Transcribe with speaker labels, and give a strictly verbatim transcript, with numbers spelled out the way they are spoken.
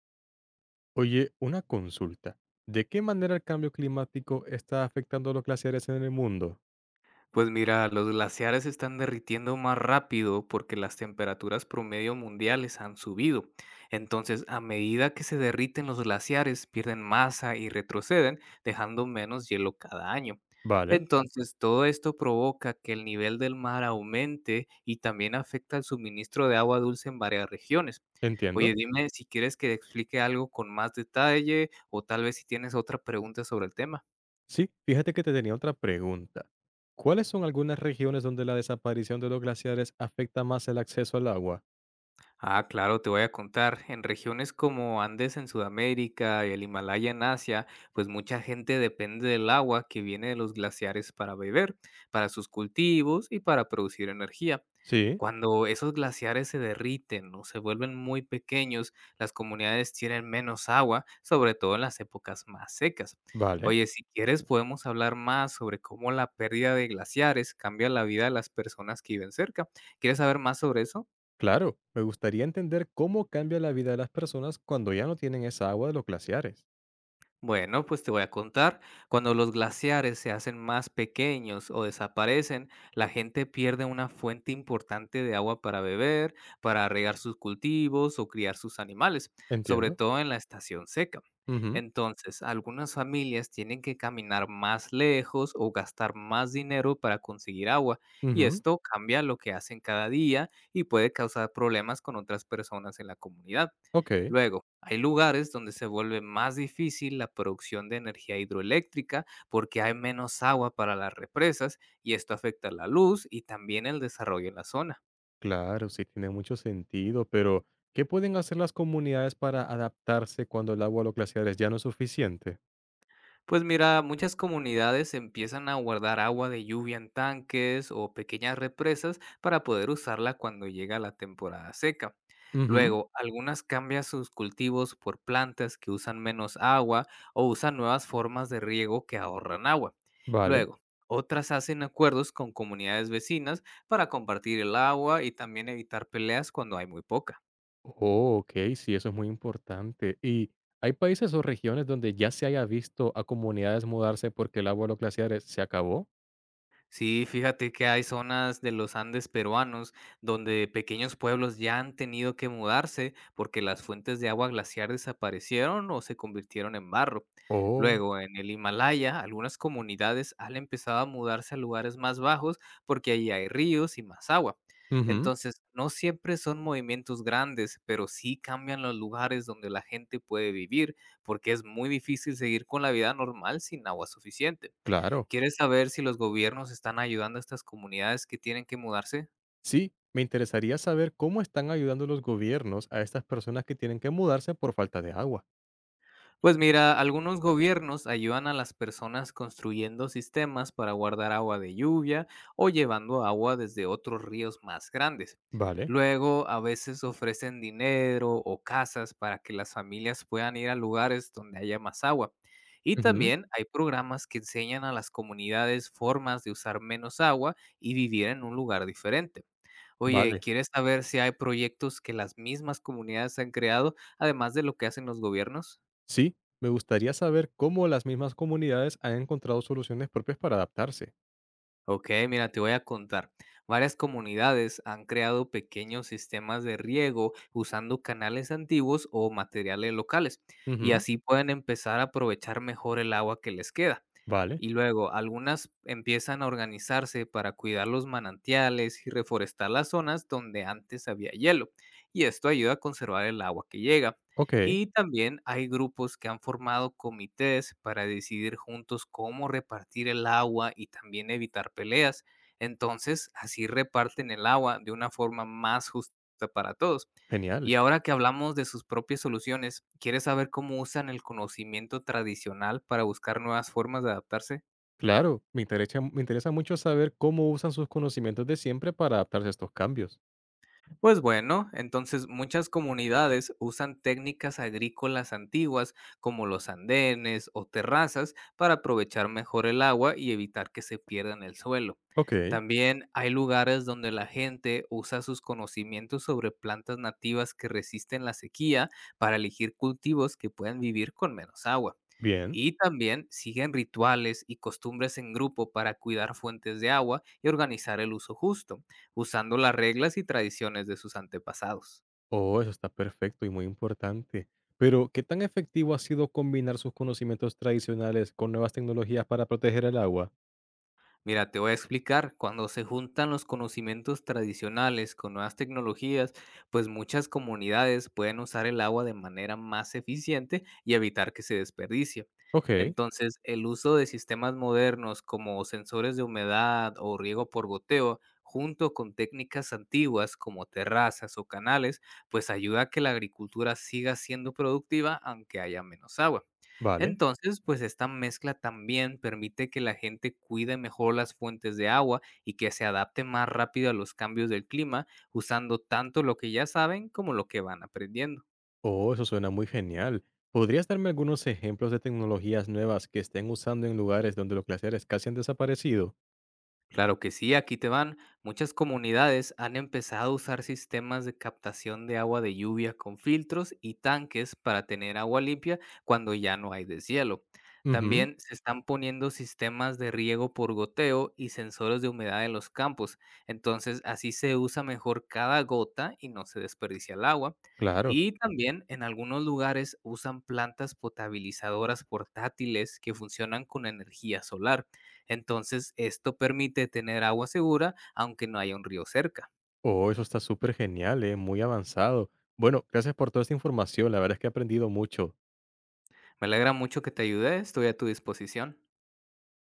Speaker 1: Oye, una consulta. ¿De qué manera el cambio climático está afectando a los glaciares en el mundo?
Speaker 2: Pues mira, los glaciares se están derritiendo más rápido porque las temperaturas promedio mundiales han subido. Entonces, a medida que se derriten los glaciares, pierden masa y retroceden, dejando menos hielo cada año.
Speaker 1: Vale,
Speaker 2: Entonces, todo esto provoca que el nivel del mar aumente y también afecta el suministro de agua dulce en varias regiones.
Speaker 1: entiendo.
Speaker 2: Oye, dime si quieres que te explique algo con más detalle o tal vez si tienes otra pregunta sobre el tema.
Speaker 1: Sí, fíjate que te tenía otra pregunta. ¿Cuáles son algunas regiones donde la desaparición de los glaciares afecta más el acceso al agua?
Speaker 2: Ah, claro, te voy a contar. En regiones como Andes en Sudamérica y el Himalaya en Asia, pues mucha gente depende del agua que viene de los glaciares para beber, para sus cultivos y para producir energía.
Speaker 1: Sí,
Speaker 2: Cuando esos glaciares se derriten o se vuelven muy pequeños, las comunidades tienen menos agua, sobre todo en las épocas más secas.
Speaker 1: vale,
Speaker 2: Oye, si quieres podemos hablar más sobre cómo la pérdida de glaciares cambia la vida de las personas que viven cerca. ¿Quieres saber más sobre eso?
Speaker 1: claro. Me gustaría entender cómo cambia la vida de las personas cuando ya no tienen esa agua de los glaciares.
Speaker 2: Bueno, pues te voy a contar. Cuando los glaciares se hacen más pequeños o desaparecen, la gente pierde una fuente importante de agua para beber, para regar sus cultivos o criar sus animales, sobre
Speaker 1: Entiendo.
Speaker 2: todo en la estación seca.
Speaker 1: Ujú,
Speaker 2: Entonces, algunas familias tienen que caminar más lejos o gastar más dinero para conseguir agua, y
Speaker 1: ujú,
Speaker 2: esto cambia lo que hacen cada día y puede causar problemas con otras personas en la comunidad.
Speaker 1: ok.
Speaker 2: Luego, hay lugares donde se vuelve más difícil la producción de energía hidroeléctrica porque hay menos agua para las represas y esto afecta la luz y también el desarrollo en la zona.
Speaker 1: Claro, sí tiene mucho sentido, pero ¿qué pueden hacer las comunidades para adaptarse cuando el agua a los glaciares ya no es suficiente?
Speaker 2: Pues mira, muchas comunidades empiezan a guardar agua de lluvia en tanques o pequeñas represas para poder usarla cuando llega la temporada seca.
Speaker 1: Ujú.
Speaker 2: Luego, algunas cambian sus cultivos por plantas que usan menos agua o usan nuevas formas de riego que ahorran agua.
Speaker 1: Vale.
Speaker 2: Luego, otras hacen acuerdos con comunidades vecinas para compartir el agua y también evitar peleas cuando hay muy poca.
Speaker 1: Oh, ok, sí, eso es muy importante. ¿Y hay países o regiones donde ya se haya visto a comunidades mudarse porque el agua a los glaciares se acabó?
Speaker 2: Sí, fíjate que hay zonas de los Andes peruanos donde pequeños pueblos ya han tenido que mudarse porque las fuentes de agua glaciar desaparecieron o se convirtieron en barro.
Speaker 1: Oh,
Speaker 2: Luego, en el Himalaya, algunas comunidades han empezado a mudarse a lugares más bajos porque allí hay ríos y más agua.
Speaker 1: ujú,
Speaker 2: Entonces, no siempre son movimientos grandes, pero sí cambian los lugares donde la gente puede vivir porque es muy difícil seguir con la vida normal sin agua suficiente.
Speaker 1: claro.
Speaker 2: ¿Quieres saber si los gobiernos están ayudando a estas comunidades que tienen que mudarse?
Speaker 1: Sí, me interesaría saber cómo están ayudando los gobiernos a estas personas que tienen que mudarse por falta de agua.
Speaker 2: Pues mira, algunos gobiernos ayudan a las personas construyendo sistemas para guardar agua de lluvia o llevando agua desde otros ríos más grandes.
Speaker 1: Vale.
Speaker 2: Luego, a veces ofrecen dinero o casas para que las familias puedan ir a lugares donde haya más agua. Y
Speaker 1: Ujú.
Speaker 2: también hay programas que enseñan a las comunidades formas de usar menos agua y vivir en un lugar diferente. Oye,
Speaker 1: Vale.
Speaker 2: ¿quieres saber si hay proyectos que las mismas comunidades han creado, además de lo que hacen los gobiernos?
Speaker 1: Sí, me gustaría saber cómo las mismas comunidades han encontrado soluciones propias para adaptarse.
Speaker 2: Ok, mira, te voy a contar. Varias comunidades han creado pequeños sistemas de riego usando canales antiguos o materiales locales, y
Speaker 1: Ujú,
Speaker 2: así pueden empezar a aprovechar mejor el agua que les queda.
Speaker 1: vale,
Speaker 2: Y luego, algunas empiezan a organizarse para cuidar los manantiales y reforestar las zonas donde antes había hielo, y esto ayuda a conservar el agua que llega.
Speaker 1: ok,
Speaker 2: Y también hay grupos que han formado comités para decidir juntos cómo repartir el agua y también evitar peleas. Entonces, así reparten el agua de una forma más justa para todos.
Speaker 1: genial.
Speaker 2: Y ahora que hablamos de sus propias soluciones, ¿quieres saber cómo usan el conocimiento tradicional para buscar nuevas formas de adaptarse?
Speaker 1: Claro, me interesa, me interesa mucho saber cómo usan sus conocimientos de siempre para adaptarse a estos cambios.
Speaker 2: Pues bueno, entonces muchas comunidades usan técnicas agrícolas antiguas como los andenes o terrazas para aprovechar mejor el agua y evitar que se pierda en el suelo.
Speaker 1: Ok,
Speaker 2: También hay lugares donde la gente usa sus conocimientos sobre plantas nativas que resisten la sequía para elegir cultivos que puedan vivir con menos agua.
Speaker 1: bien.
Speaker 2: Y también siguen rituales y costumbres en grupo para cuidar fuentes de agua y organizar el uso justo usando las reglas y tradiciones de sus antepasados.
Speaker 1: Oh, eso está perfecto y muy importante. Pero, ¿qué tan efectivo ha sido combinar sus conocimientos tradicionales con nuevas tecnologías para proteger el agua?
Speaker 2: Mira, te voy a explicar, cuando se juntan los conocimientos tradicionales con nuevas tecnologías, pues muchas comunidades pueden usar el agua de manera más eficiente y evitar que se desperdicie.
Speaker 1: Ok,
Speaker 2: Entonces, el uso de sistemas modernos como sensores de humedad o riego por goteo, junto con técnicas antiguas como terrazas o canales, pues ayuda a que la agricultura siga siendo productiva aunque haya menos agua.
Speaker 1: vale.
Speaker 2: Entonces, pues esta mezcla también permite que la gente cuide mejor las fuentes de agua y que se adapte más rápido a los cambios del clima, usando tanto lo que ya saben como lo que van aprendiendo.
Speaker 1: Oh, eso suena muy genial. ¿Podrías darme algunos ejemplos de tecnologías nuevas que estén usando en lugares donde los glaciares casi han desaparecido?
Speaker 2: Claro que sí, aquí te van. Muchas comunidades han empezado a usar sistemas de captación de agua de lluvia con filtros y tanques para tener agua limpia cuando ya no hay deshielo.
Speaker 1: Ujú,
Speaker 2: También se están poniendo sistemas de riego por goteo y sensores de humedad en los campos. Entonces así se usa mejor cada gota y no se desperdicia el agua.
Speaker 1: claro.
Speaker 2: Y también en algunos lugares usan plantas potabilizadoras portátiles que funcionan con energía solar. Entonces, esto permite tener agua segura aunque no haya un río cerca.
Speaker 1: Oh, eso está súper genial, eh, muy avanzado. Bueno, gracias por toda esta información, la verdad es que he aprendido mucho.
Speaker 2: Me alegra mucho que te ayude, estoy a tu disposición.